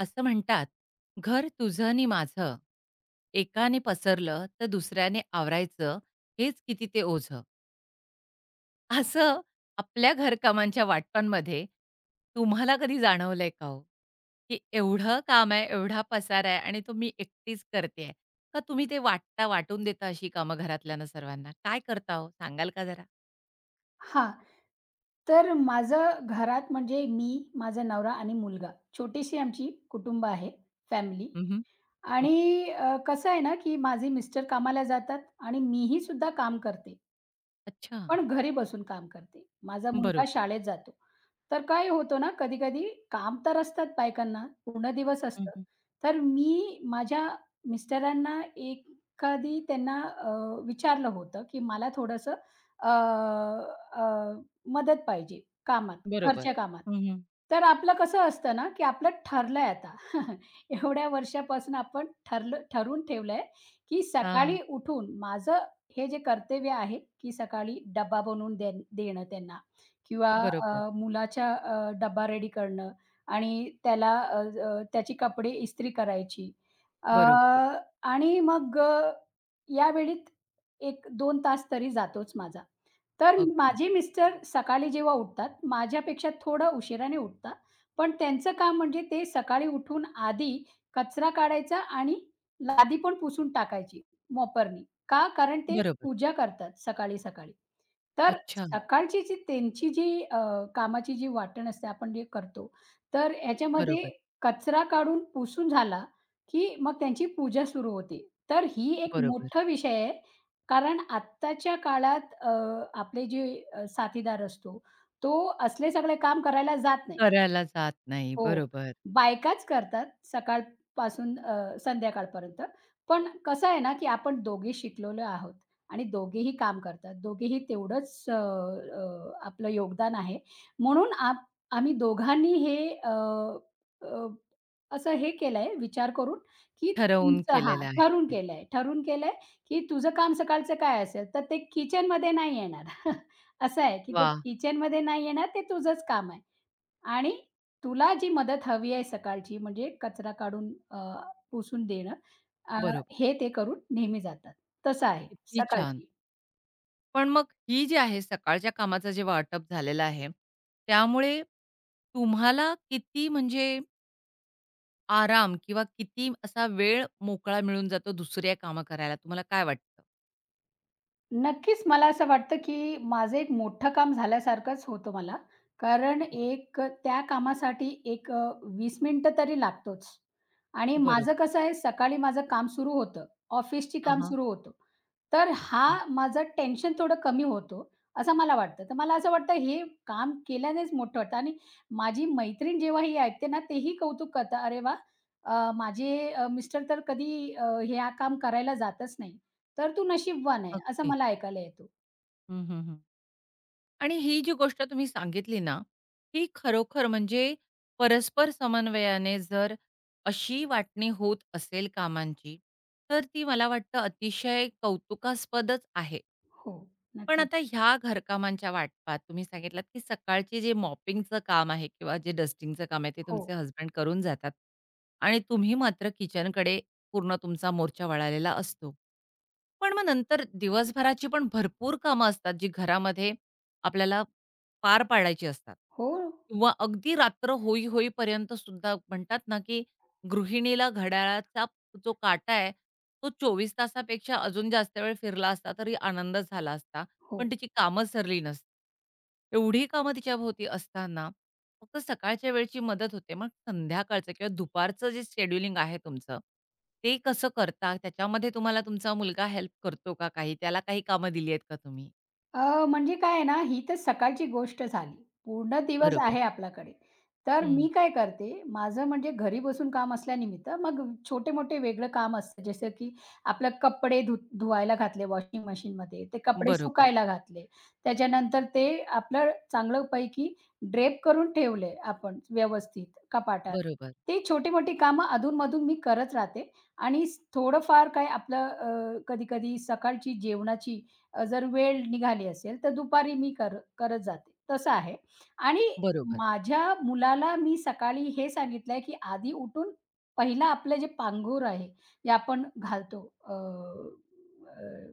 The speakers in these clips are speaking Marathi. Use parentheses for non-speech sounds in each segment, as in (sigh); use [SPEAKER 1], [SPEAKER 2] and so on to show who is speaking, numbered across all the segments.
[SPEAKER 1] असं म्हणतात, "घर तुझं नि माझं, एकाने पसरलं तर दुसऱ्याने आवरायचं, हेच किती ते ओझं." असं आपल्या घरकामांच्या वाटपांमध्ये तुम्हाला कधी जाणवलंय का हो? की एवढं काम आहे, एवढा पसारा आहे आणि तो मी एकटीच करतेय. का तुम्ही ते वाटता, वाटून देता अशी कामं घरातल्यांना सर्वांना? काय करता हो? सांगाल का जरा?
[SPEAKER 2] हां. तर माझं घरात म्हणजे मी, माझा नवरा आणि मुलगा. छोटीशी आमची कुटुंब आहे, फॅमिली
[SPEAKER 1] हं. ओक.
[SPEAKER 2] आणि कसं आहे ना, की माझे मिस्टर कामाला जातात आणि मीही सुद्धा काम करते,
[SPEAKER 1] अच्छा.
[SPEAKER 2] पण घरी बसून काम करते. माझा मुलगा
[SPEAKER 1] बरोबर.
[SPEAKER 2] शाळेत जातो. तर काय होतं ना, कधी-कधी काम तर असतात बायकांना, पूर्ण दिवस असतं.
[SPEAKER 1] हं.
[SPEAKER 2] तर मी माझ्या मिस्टरांना एखादी त्यांना विचारलं होतं, की मला थोडंसं अ, अ, मदत पाहिजे कामात,
[SPEAKER 1] बरोबर.
[SPEAKER 2] घरच्या कामात.
[SPEAKER 1] हं, हं.
[SPEAKER 2] तर आपलं कसं असतं ना, की आपलं ठरलंय आता. (laughs) एवढ्या वर्षापासून आपण ठरवून ठेवलंय, की सकाळी उठून माझं हे जे कर्तव्य आहे, की सकाळी डब्बा बनवून देणं त्यांना किंवा
[SPEAKER 1] बरोबर.
[SPEAKER 2] मुलाच्या डब्बा रेडी करणं आणि त्याला अ, अ, त्याची कपडे इस्त्री करायची. अ,
[SPEAKER 1] बरोबर.
[SPEAKER 2] आणि मग या वेळेत एक दोन तास तरी जातोच माझा. तर
[SPEAKER 1] अगदी.
[SPEAKER 2] माझे मिस्टर सकाळी जेव्हा उठतात, माझ्यापेक्षा थोडं उशिराने उठतात. पण त्यांचं काम म्हणजे ते सकाळी उठून आधी कचरा काढायचा आणि लादी पण पुसून टाकायची मॉपरनी. का? कारण ते
[SPEAKER 1] बरोबर.
[SPEAKER 2] पूजा करतात सकाळी-सकाळी. तर
[SPEAKER 1] अच्छा.
[SPEAKER 2] सकाळची जी त्यांची कामाची जी वाटण असते, आपण जे करतो, तर ह्याच्यामध्ये
[SPEAKER 1] बरोबर.
[SPEAKER 2] कचरा काढून पुसून झाला, की मग त्यांची पूजा सुरू होते. तर ही एक
[SPEAKER 1] बरोबर.
[SPEAKER 2] मोठा विषय आहे, कारण आत्ताच्या काळात आपले जे साथीदार असतो, तो असले सगळे काम करायला जात नाही.
[SPEAKER 1] करायला जात नाही.
[SPEAKER 2] हो.
[SPEAKER 1] बरोबर.
[SPEAKER 2] बायकाच करतात सकाळपासून संध्याकाळपर्यंत. पण कसं आहे ना, की आपण दोघे शिकलेलो आहोत आणि दोघेही काम करतात. दोघेही तेवढंच अ, अ, आपलं योगदान आहे. म्हणून आम्ही दोघांनी अ, असं हे केलंय विचार करून, की
[SPEAKER 1] ठरवून
[SPEAKER 2] तुमचं
[SPEAKER 1] केलेलं
[SPEAKER 2] हां,
[SPEAKER 1] आहे
[SPEAKER 2] ठरून
[SPEAKER 1] ते.
[SPEAKER 2] केलंय. ठरून केलंय, की तुझं काम सकाळचं काय असेल, तर ते किचनमध्ये नाही येणार. (laughs) असं आहे, की ते
[SPEAKER 1] वा.
[SPEAKER 2] किचनमध्ये नाही येणार, ते तुझंच काम आहे. आणि तुला जी मदत हवी आहे सकाळची म्हणजे कचरा काढून पुसून देणं अ,
[SPEAKER 1] बरोबर.
[SPEAKER 2] हे ते करून नेहमी जातात. तसं आहे
[SPEAKER 1] किती छान.
[SPEAKER 2] सकाळची.
[SPEAKER 1] पण मग ही जी आहे सकाळच्या कामाचं जे वाटप झालेलं आहे, त्यामुळे तुम्हाला किती म्हणजे आराम किंवा किती असा वेळ मोकळा मिळून जातो दुसऱ्या कामं करायला? तुम्हाला काय वाटतं?
[SPEAKER 2] नक्कीच मला असं वाटतं, की माझं एक मोठं काम झाल्यासारखंच होतं मला. कारण
[SPEAKER 1] बरोबर.
[SPEAKER 2] त्या कामासाठी एक 20 मिनिटं तरी लागतोच. आणि माझं
[SPEAKER 1] बरोबर.
[SPEAKER 2] कसं आहे सकाळी माझं काम सुरू होतं. ऑफिसची काम
[SPEAKER 1] हां.
[SPEAKER 2] सुरू होतं. तर हा माझं टेन्शन थोडं कमी होतं, असं मला वाटतं. तर मला असं वाटतं हे काम केल्यानेच मोठं वाटतं आणि माझी मैत्रीण जेव्हा ही ऐकते ना, तेही कौतुक करतात. "अरे वाह! माझे मिस्टर तर कधी हा काम करायला जातच नाही. तर तू नशीबवान आहे." असं
[SPEAKER 1] अगदीच.
[SPEAKER 2] मला ऐकायला येतो.
[SPEAKER 1] हं, हं, हं. आणि ही जी गोष्ट तुम्ही सांगितली ना, ही खरोखर म्हणजे परस्पर समन्वयाने जर अशी वाटणी होत असेल कामांची, तर ती मला वाटतं अतिशय कौतुकास्पदच आहे.
[SPEAKER 2] हो,
[SPEAKER 1] पण
[SPEAKER 2] नक्कीच.
[SPEAKER 1] आता ह्या घरकामांच्या वाटपात तुम्ही सांगितलात, की सकाळची जे मॉपिंगचं काम आहे किंवा जे डस्टिंगचं काम आहे, ते
[SPEAKER 2] हो.
[SPEAKER 1] तुमचे हसबंड करून जातात आणि तुम्ही मात्र किचनकडे पूर्ण तुमचा मोर्चा वळालेला असतो. पण मग नंतर दिवसभराची पण भरपूर कामं असतात, जी घरामध्ये आपल्याला पार पाडायची असतात.
[SPEAKER 2] हो,
[SPEAKER 1] किंवा अगदी रात्र होईपर्यंत सुद्धा म्हणतात ना, की गृहिणीला घड्याळाचा जो काटा आहे, तो 24 तासापेक्षा अजून जास्त वेळ फिरला असता तरी आनंद झाला असता.
[SPEAKER 2] हो.
[SPEAKER 1] पण तिची कामं सरली नसती. एवढी कामं तिच्याभोवती असताना फक्त सकाळच्या वेळची मदत होते. मग संध्याकाळचं किंवा दुपारचं जे शेड्यूलिंग आहे तुमचं, ते कसं करता? त्याच्यामध्ये तुम्हाला तुमचा मुलगा हेल्प करतो का काही? त्याला काही कामं दिली आहेत का तुम्ही?
[SPEAKER 2] म्हणजे काय आहे ना, ही तर सकाळची गोष्ट झाली. पूर्ण दिवस
[SPEAKER 1] बरोबर.
[SPEAKER 2] आहे आपल्याकडे. तर
[SPEAKER 1] हं.
[SPEAKER 2] मी काय करते, माझं म्हणजे घरी बसून काम असल्यानिमित्त मग छोटे-मोठे वेगळं काम असतं. जसं की आपलं कपडे धुवायला घातले वॉशिंग मशीनमध्ये, ते कपडे
[SPEAKER 1] बरोबर,
[SPEAKER 2] सुकायला घातले. त्याच्यानंतर ते आपलं चांगल्यापैकी ड्रेप करून ठेवले आपण व्यवस्थित कपाटात.
[SPEAKER 1] बरोबर,
[SPEAKER 2] ते छोटी-मोठी कामं अधून मी करत राहते आणि थोडंफार काय आपलं कधी-कधी सकाळची जेवणाची जर वेळ निघाली असेल तर दुपारी मी करत जाते. तसं आहे आणि
[SPEAKER 1] बरोबर.
[SPEAKER 2] माझ्या मुलाला मी सकाळी हे सांगितलंय, की आधी उठून पहिला आपलं जे पांघरूण आहे, जे आपण घालतो अ, अ,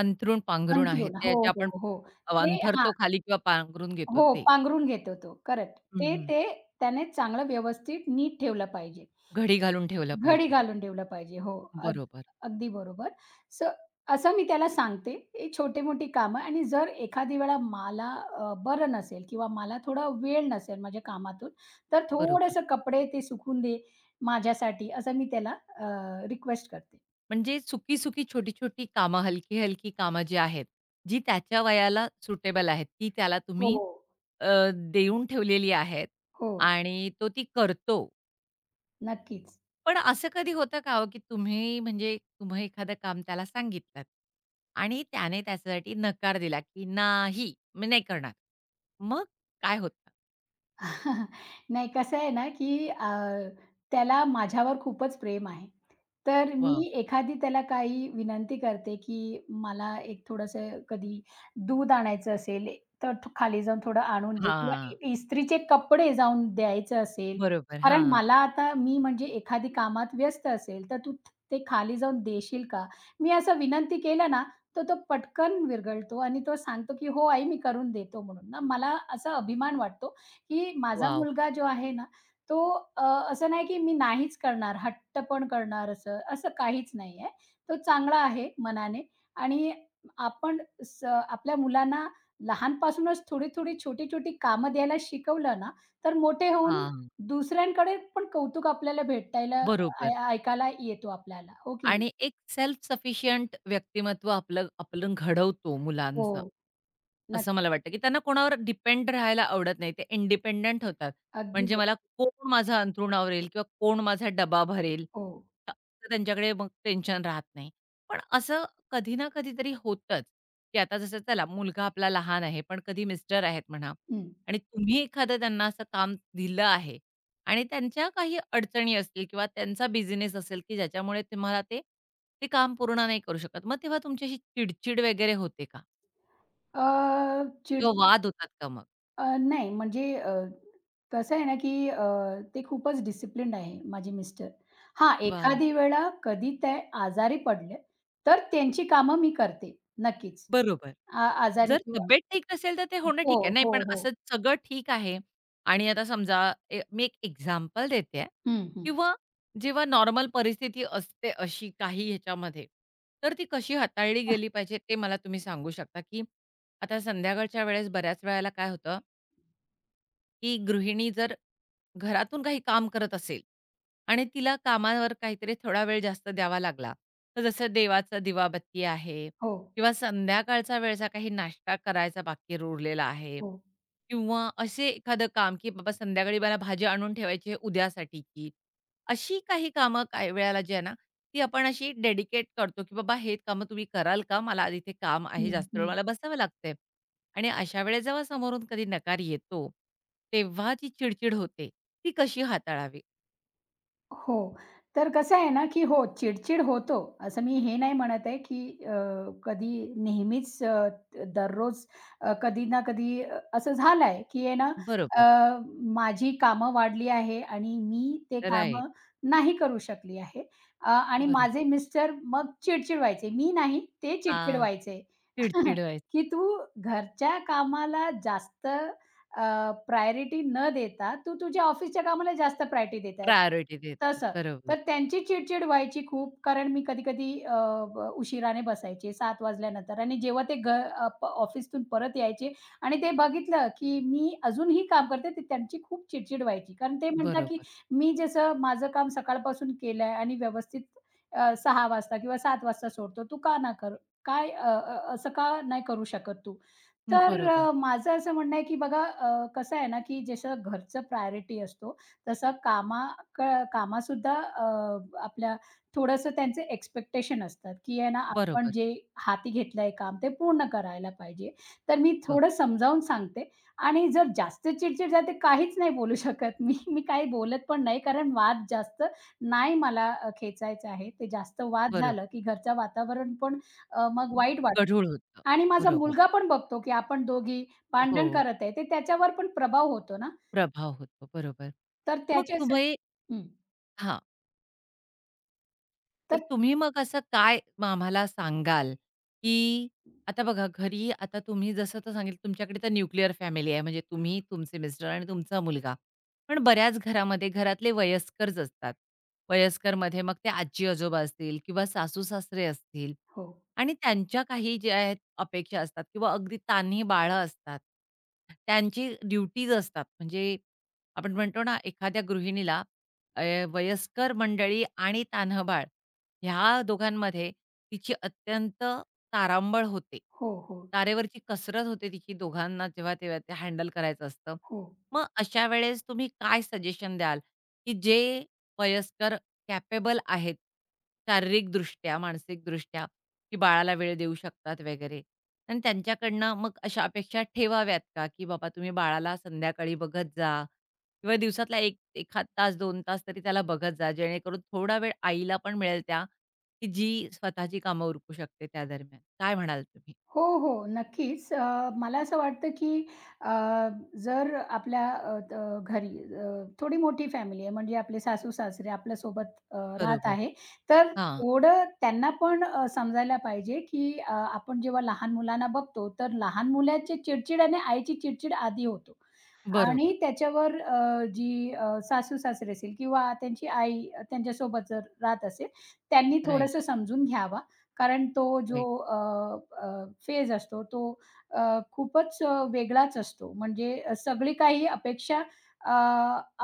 [SPEAKER 1] अंथरूण पांघरूण आहे
[SPEAKER 2] अंथरूण
[SPEAKER 1] ते
[SPEAKER 2] हो,
[SPEAKER 1] जे
[SPEAKER 2] हो,
[SPEAKER 1] आपण
[SPEAKER 2] हो. ते हां.
[SPEAKER 1] अंथरतो खाली किंवा पांघरून घेतो
[SPEAKER 2] हो,
[SPEAKER 1] ते.
[SPEAKER 2] पांघरून घेतो तो. करेक्ट.
[SPEAKER 1] हं,
[SPEAKER 2] ते
[SPEAKER 1] हं.
[SPEAKER 2] ते त्याने चांगलं व्यवस्थित नीट ठेवलं पाहिजे.
[SPEAKER 1] घडी घालून ठेवलं
[SPEAKER 2] घडी
[SPEAKER 1] पाहिजे.
[SPEAKER 2] घालून ठेवलं पाहिजे. हो.
[SPEAKER 1] बरोबर,
[SPEAKER 2] अगदी बरोबर. सो असं मी त्याला सांगते, ही छोटे मोठी कामं आणि जर एखादी वेळा मला बरं नसेल किंवा मला थोडा वेळ नसेल माझ्या कामातून, तर
[SPEAKER 1] बरोबर.
[SPEAKER 2] थोडेसे कपडे ते सुकून दे माझ्यासाठी असं मी त्याला रिक्वेस्ट करते.
[SPEAKER 1] म्हणजे सुकी-सुकी, छोटी-छोटी कामं, हलकी-हलकी कामं जी आहेत, जी त्याच्या वयाला सुटेबल आहेत, ती त्याला
[SPEAKER 2] हो.
[SPEAKER 1] तुम्ही अ, देऊन ठेवलेली आहेत
[SPEAKER 2] हो.
[SPEAKER 1] आणि तो ती करतो.
[SPEAKER 2] नक्कीच.
[SPEAKER 1] पण असं कधी होतं का हो, की तुम्ही म्हणजे तुम्ही एखादं काम त्याला सांगितलत आणि त्याने त्याच्यासाठी नकार दिला, की "नाही, मी नाही करणार." मग काय होतं?
[SPEAKER 2] (laughs) नाही कसं आहे ना, की त्याला माझ्यावर खूपच प्रेम आहे. तर मी
[SPEAKER 1] वॉव!
[SPEAKER 2] एखादी त्याला काही विनंती करते, की मला एक थोडंसं कधी दूध आणायचं असेल, तर खाली जाऊन थोडं आणून दे किंवा
[SPEAKER 1] हां.
[SPEAKER 2] इस्त्रीचे कपडे जाऊन द्यायचं असेल.
[SPEAKER 1] बरोबर.
[SPEAKER 2] कारण
[SPEAKER 1] हां.
[SPEAKER 2] मला आता मी म्हणजे एखादी कामात व्यस्त असेल, तर तू ते खाली जाऊन देशील का? मी असं विनंती केलं ना, तर तो पटकन विरगळतो आणि तो सांगतो, की "हो आई, मी करून देतो" म्हणून ना मला असा अभिमान वाटतो, की माझा
[SPEAKER 1] वॉव!
[SPEAKER 2] मुलगा जो आहे ना, तो अ, असं नाही की मी नाहीच करणार, हट्ट पण करणार असं, असं काहीच नाही आहे. तो चांगला आहे मनाने आणि आपण आपल्या मुलांना लहानपासूनच थोडी-थोडी, छोटी-छोटी कामं द्यायला शिकवलं ना, तर मोठे होऊन
[SPEAKER 1] हां.
[SPEAKER 2] दुसऱ्यांकडे पण कौतुक आपल्याला भेटायला ऐ
[SPEAKER 1] बरोबर.
[SPEAKER 2] ऐकायला येतो आपल्याला, हो की नाही?
[SPEAKER 1] आणि एक सेल्फ सफिशियंट व्यक्तिमत्व आपलं आपण घडवतो
[SPEAKER 2] हो,
[SPEAKER 1] मुलांचं. असं
[SPEAKER 2] नक्की.
[SPEAKER 1] मला वाटतं, की त्यांना कोणावर डिपेंड राहायला आवडत नाही. ते इंडिपेंडंट होतात.
[SPEAKER 2] अगदी
[SPEAKER 1] म्हणजे मला
[SPEAKER 2] बरोबर.
[SPEAKER 1] कोण माझं अंथरुण आवरेल किंवा कोण माझा डबा भरेल,
[SPEAKER 2] हो.
[SPEAKER 1] असं त्यांच्याकडे मग टेन्शन राहत नाही. पण असं कधी ना कधीतरी होतंच, की आता जसं चला मुलगा आपला लहान आहे, पण कधी मिस्टर आहेत म्हणा
[SPEAKER 2] हं.
[SPEAKER 1] आणि तुम्ही एखादं त्यांना असं काम दिलं आहे आणि त्यांच्या काही अडचणी असतील किंवा त्यांचा बिझनेस असेल, की ज्याच्यामुळे तुम्हाला ते काम पूर्ण नाही करू शकत. मग तेव्हा तुमची अशी चिडचिड वगैरे होते का?
[SPEAKER 2] अ, चिड
[SPEAKER 1] किंवा वाद होतात का मग?
[SPEAKER 2] नाही म्हणजे कसं आहे ना, की ते खूपच डिसिप्लिन्ड आहे माझे मिस्टर. हां,
[SPEAKER 1] वाव.
[SPEAKER 2] एखादी वेळा कधी ते आजारी पडले, तर त्यांची कामं मी करते नक्कीच.
[SPEAKER 1] बरोबर.
[SPEAKER 2] आजारी
[SPEAKER 1] जर
[SPEAKER 2] किंवा
[SPEAKER 1] तब्येत ठीक नसेल तर ते होणं
[SPEAKER 2] हो,
[SPEAKER 1] ठीक आहे. नाही
[SPEAKER 2] हो,
[SPEAKER 1] पण
[SPEAKER 2] हो.
[SPEAKER 1] असं सगळं ठीक आहे आणि आता समजा मी एक एक्झाम्पल देतेय
[SPEAKER 2] हं, हं.
[SPEAKER 1] किंवा जेव्हा नॉर्मल परिस्थिती असते अशी काही ह्याच्यामध्ये, तर ती कशी हाताळली गेली
[SPEAKER 2] (laughs)
[SPEAKER 1] पाहिजे ते मला तुम्ही सांगू शकता, की आता संध्याकाळच्या वेळेस बऱ्याच वेळेला काय होतं की गृहिणी जर घरातून काही काम करत असेल आणि तिला कामावर काहीतरी थोडा वेळ जास्त द्यावा लागला, तर जसं देवाचा दिवाबत्ती आहे
[SPEAKER 2] हो,
[SPEAKER 1] किंवा संध्याकाळचा वेळचा काही नाश्ता करायचा बाकी उरलेला आहे
[SPEAKER 2] हो.
[SPEAKER 1] किंवा असे एखादं काम, की बाबा संध्याकाळी मला भाजी आणून ठेवायची आहे उद्यासाठीची. अशी काही कामं काही वेळेला जी आहे ना, ती आपण अशी डेडिकेट करतो, की बाबा हे कामं तुम्ही कराल का? मला आज इथे काम आहे,
[SPEAKER 2] हं,
[SPEAKER 1] जास्त वेळ
[SPEAKER 2] हं.
[SPEAKER 1] मला बसावं लागतंय आणि अशा वेळेस जेव्हा समोरून कधी नकार येतो, तेव्हा जी चिडचिड होते, ती कशी हाताळावी?
[SPEAKER 2] हो. तर कसं आहे ना, की हो, चिड-चिड होतो. असं मी हे नाही म्हणत आहे, की कधी नेहमीच दररोज कधी ना कधी असं झालंय, की आहे ना,
[SPEAKER 1] बरोबर.
[SPEAKER 2] अ, माझी कामं वाढली आहे आणि मी ते
[SPEAKER 1] राइट.
[SPEAKER 2] कामं नाही करू शकली आहे. आणि माझे
[SPEAKER 1] बरोबर.
[SPEAKER 2] मिस्टर मग चिड व्हायचे. मी नाही, ते चिड-चिड
[SPEAKER 1] हां.
[SPEAKER 2] व्हायचे,
[SPEAKER 1] चिड-चिड
[SPEAKER 2] (laughs)
[SPEAKER 1] व्हायचं.
[SPEAKER 2] की "तू घरच्या कामाला जास्त प्रायोरिटी न देता तू तुझ्या ऑफिसच्या कामाला जास्त प्रायोरिटी देत आहे."
[SPEAKER 1] प्रायोरिटी देतात.
[SPEAKER 2] तसं.
[SPEAKER 1] बरोबर,
[SPEAKER 2] तर त्यांची चिड-चिड व्हायची खूप कारण मी कधी-कधी उशिराने बसायचे 7:00 वाजल्यानंतर आणि जेव्हा ते घ अ, प ऑफिसतून परत यायचे आणि ते बघितलं, की मी अजूनही काम करते, तर त्यांची खूप चिड व्हायची. कारण ते म्हणतात, की
[SPEAKER 1] बरोबर,
[SPEAKER 2] मी जसं माझं काम सकाळपासून केलं आणि व्यवस्थित 6:00 वाजता किंवा 7:00 वाजता सोडतो. तू का ना कर काय अ, अ, असं का नाही करू शकत तू? तर
[SPEAKER 1] बरोबर,
[SPEAKER 2] माझं असं म्हणणं आहे, की बघा कसं आहे ना, की जसं घरचं प्रायोरिटी असतो, तसं क कामासुद्धा आपल्या थोडंसं त्यांचे एक्स्पेक्टेशन असतात, की आहे ना, आपण
[SPEAKER 1] बरोबर.
[SPEAKER 2] जे हाती घेतलंय काम ते पूर्ण करायला पाहिजे. तर मी
[SPEAKER 1] बघ.
[SPEAKER 2] थोडं समजावून सांगते आणि जर जास्त चिडचिड झाली तर काहीच नाही बोलू शकत मी. मी काही बोलत पण नाही, कारण वाद जास्त नाही मला खेचायचा आहे. ते जास्त वाद
[SPEAKER 1] बरोबर.
[SPEAKER 2] झालं, की घरचं वातावरण पण मग वाईट वाटतं.
[SPEAKER 1] गढूळ होतं.
[SPEAKER 2] आणि माझा
[SPEAKER 1] बरोबर.
[SPEAKER 2] मुलगा पण बघतो, की आपण दोघी
[SPEAKER 1] हो,
[SPEAKER 2] भांडण करत आहे. ते त्याच्यावर पण प्रभाव होतो ना,
[SPEAKER 1] प्रभाव होतो. बरोबर.
[SPEAKER 2] तर
[SPEAKER 1] मग
[SPEAKER 2] त्याच्यासा
[SPEAKER 1] तुम्ही
[SPEAKER 2] हं,
[SPEAKER 1] हां. तर
[SPEAKER 2] तर
[SPEAKER 1] तुम्ही मग असं काय मग आम्हाला सांगाल, की आता बघा घरी आता तुम्ही जसं तर सांगितलं तुमच्याकडे तर न्यूक्लिअर फॅमिली आहे म्हणजे तुम्ही, तुमचे मिस्टर आणि तुमचा मुलगा. पण बऱ्याच घरामध्ये घरातले वयस्करच असतात. वयस्करमध्ये मग ते आजी-आजोबा असतील किंवा सासू-सासरे असतील
[SPEAKER 2] हो,
[SPEAKER 1] आणि त्यांच्या काही ज्या आहेत अपेक्षा असतात किंवा अगदी तान्ही बाळं असतात. त्यांची ड्युटीज असतात म्हणजे आपण म्हणतो ना एखाद्या गृहिणीला अ, वयस्कर मंडळी आणि तान्हं ह्या दोघांमध्ये तिची अत्यंत तारांबळ होते.
[SPEAKER 2] हो, हो,
[SPEAKER 1] तारेवरची कसरत होते तिची दोघांना जेव्हा तेव्हा ते हँडल करायचं असतं.
[SPEAKER 2] हो.
[SPEAKER 1] मग अशा वेळेस तुम्ही काय सजेशन द्याल, की जे वयस्कर कॅपेबल आहेत, शारीरिकदृष्ट्या, मानसिकदृष्ट्या, की बाळाला वेळ देऊ शकतात वगैरे आणि त्यांच्याकडनं मग अशा अपेक्षा ठेवाव्यात का, की बाबा तुम्ही बाळाला संध्याकाळी बघत जा किंवा दिवसातला एक 1/2 तास, 2 तास तरी त्याला बघत जा, जेणेकरून थोडा वेळ आईला पण मिळेल त्या, की जी स्वतःची कामं उरकू शकते त्या दरम्यान. काय म्हणाल तुम्ही?
[SPEAKER 2] हो, हो, नक्कीच. मला असं वाटतं, की अ, जर आपल्या अ, अ, घरी थोडी मोठी फॅमिली आहे, म्हणजे आपले सासू-सासरे आपल्यासोबत राहत
[SPEAKER 1] बरोबर.
[SPEAKER 2] आहे, तर
[SPEAKER 1] हां.
[SPEAKER 2] थोडं त्यांना पण समजायला पाहिजे, की आपण जेव्हा लहान मुलांना बघतो, तर लहान मुलाचे चिडचिड आणि आईची चिडचिड आधी होतो. आणि
[SPEAKER 1] बरोबर.
[SPEAKER 2] त्याच्यावर जी सासू-सासरे असेल किंवा त्यांची आई त्यांच्यासोबत जर राहत असेल, त्यांनी
[SPEAKER 1] राइट,
[SPEAKER 2] थोडंसं समजून घ्यावा. कारण तो जो
[SPEAKER 1] राइट.
[SPEAKER 2] फेज असतो तो अ, खूपच वेगळाच असतो. म्हणजे सगळी काही अपेक्षा अ,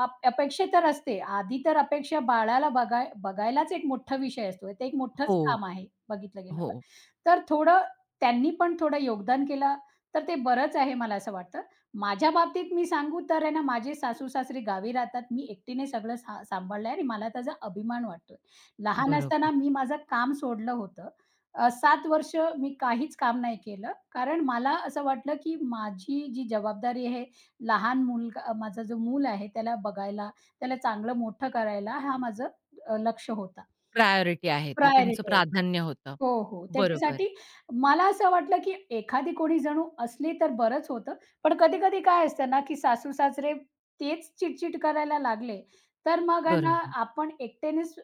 [SPEAKER 2] अप अपेक्षा तर असते. आधी तर अपेक्षा बाळाला बघायलाच एक मोठा विषय असतो. ते एक मोठंच
[SPEAKER 1] हो,
[SPEAKER 2] काम आहे बघितलं
[SPEAKER 1] हो.
[SPEAKER 2] गेल्यावर. तर थोडं त्यांनी पण थोडं योगदान केलं तर ते बरंच आहे मला असं वाटतं. माझ्या बाबतीत मी सांगू तर आहे ना, माझे सासू-सासरे गावी राहतात. मी एकटीने सगळं सांभाळलं आणि मला त्याचा अभिमान वाटतोय. लहान असताना
[SPEAKER 1] बरोबर.
[SPEAKER 2] मी माझं काम सोडलं होतं. 7 वर्ष मी काहीच काम नाही केलं. कारण मला असं वाटलं, की माझी जी जबाबदारी आहे, लहान मुलगा माझा जो मूल आहे, त्याला बघायला, त्याला चांगलं मोठं करायला, हा माझं लक्ष होता.
[SPEAKER 1] प्रायोरिटी आहे ते, तुमचं
[SPEAKER 2] प्रायोरिटी आहे.
[SPEAKER 1] प्राधान्य होतं.
[SPEAKER 2] हो, हो.
[SPEAKER 1] बरोबर,
[SPEAKER 2] त्याच्यासाठी मला असं वाटलं, की एखादी कोणी जणू असली तर बरंच होतं. पण कधी-कधी काय असतं ना, की सासू-सासरे तेच चिडचिड करायला लागले, तर मग आहे ना
[SPEAKER 1] बरोबर.
[SPEAKER 2] आपण एकट्यानेच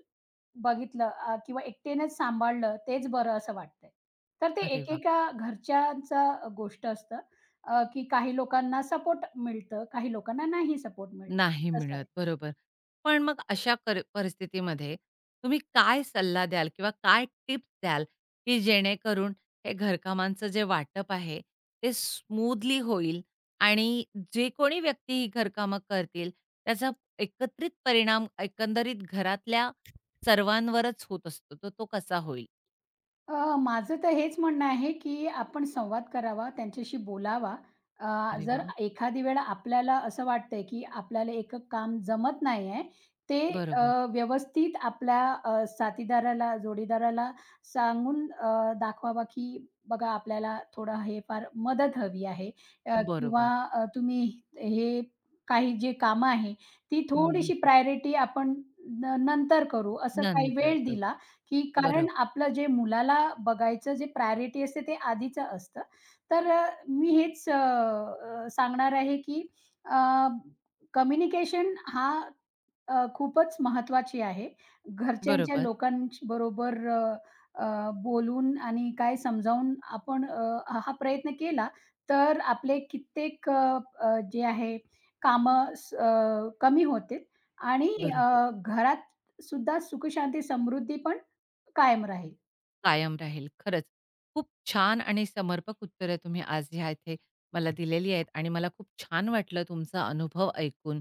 [SPEAKER 2] बघितलं किंवा एकट्यानेच सांभाळलं तेच बरं असं वाटतंय. तर ते
[SPEAKER 1] अरे वाह!
[SPEAKER 2] एकेका घरच्यांचा गोष्ट असतं, की काही लोकांना सपोर्ट मिळतं, काही लोकांना नाही सपोर्ट मिळतं.
[SPEAKER 1] नाही
[SPEAKER 2] तसं
[SPEAKER 1] मिळत,
[SPEAKER 2] आहे.
[SPEAKER 1] बरोबर. पण मग अशा परिस्थितीमध्ये तुम्ही काय सल्ला द्याल किंवा काय टिप्स द्याल, की जेणेकरून हे घरकामांचं जे वाटप आहे, ते स्मूथली होईल आणि जे कोणी व्यक्ती ही घरकामं करतील, त्याचा एकत्रित परिणाम एकंदरीत घरातल्या सर्वांवरच होत असतो, तर तो कसा होईल?
[SPEAKER 2] माझं तर हेच म्हणणं आहे, की आपण संवाद करावा, त्यांच्याशी बोलावा.
[SPEAKER 1] अरे
[SPEAKER 2] जर
[SPEAKER 1] वाह!
[SPEAKER 2] एखादी वेळा आपल्याला असं वाटतंय, की आपल्याला एक काम जमत नाही आहे, ते अ,
[SPEAKER 1] बरोबर,
[SPEAKER 2] व्यवस्थित आपल्या साथीदाराला, जोडीदाराला सांगून दाखवावा, की बघा आपल्याला थोडं हे फार मदत हवी आहे किंवा
[SPEAKER 1] बरोबर.
[SPEAKER 2] तुम्ही हे काही जे कामं आहे, ती
[SPEAKER 1] हं, हं,
[SPEAKER 2] थोडीशी
[SPEAKER 1] हं.
[SPEAKER 2] प्रायोरिटी आपण नंतर करू, असं काही
[SPEAKER 1] नंतर.
[SPEAKER 2] वेळ
[SPEAKER 1] करू.
[SPEAKER 2] दिला की कारण
[SPEAKER 1] बरोबर,
[SPEAKER 2] आपलं जे मुलाला बघायचं जे प्रायोरिटी असते ते आधीचं असतं. तर मी हेच अ, अ, सांगणार आहे की कम्युनिकेशन हा खूपच महत्त्वाची आहे. घरच्यांच्या
[SPEAKER 1] बरोबर,
[SPEAKER 2] लोकांबरोबर अ, अ, बोलून आणि काय समजावून आपण हा प्रयत्न केला, तर आपले कित्येक अ, अ, जे आहे कामं कमी होतील आणि
[SPEAKER 1] बरोबर.
[SPEAKER 2] घरात सुद्धा सुखशांती, समृद्धी पण कायम राहील.
[SPEAKER 1] कायम राहील. खरंच. खूप छान आणि समर्पक उत्तरं तुम्ही आज ह्या इथे मला दिलेली आहेत आणि मला खूप छान वाटलं तुमचा अनुभव ऐकून.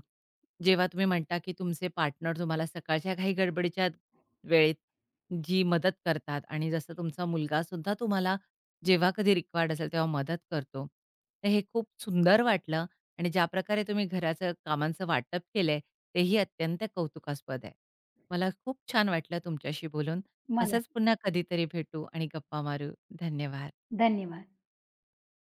[SPEAKER 1] जेव्हा तुम्ही म्हणता, की तुमचे पार्टनर तुम्हाला सकाळच्या घाई गडबडीच्या वेळेत जी मदत करतात आणि जसं तुमचा मुलगासुद्धा तुम्हाला जेव्हा कधी रिक्वायर्ड असेल तेव्हा मदत करतो. तर हे खूप सुंदर वाटलं आणि ज्याप्रकारे तुम्ही घराचं कामांचं वाटप केलंय तेही अत्यंत कौतुकास्पद आहे. मला खूप छान वाटलं तुमच्याशी बोलून.
[SPEAKER 2] मला
[SPEAKER 1] असंच पुन्हा कधीतरी भेटू आणि गप्पा मारू. धन्यवाद.
[SPEAKER 2] धन्यवाद.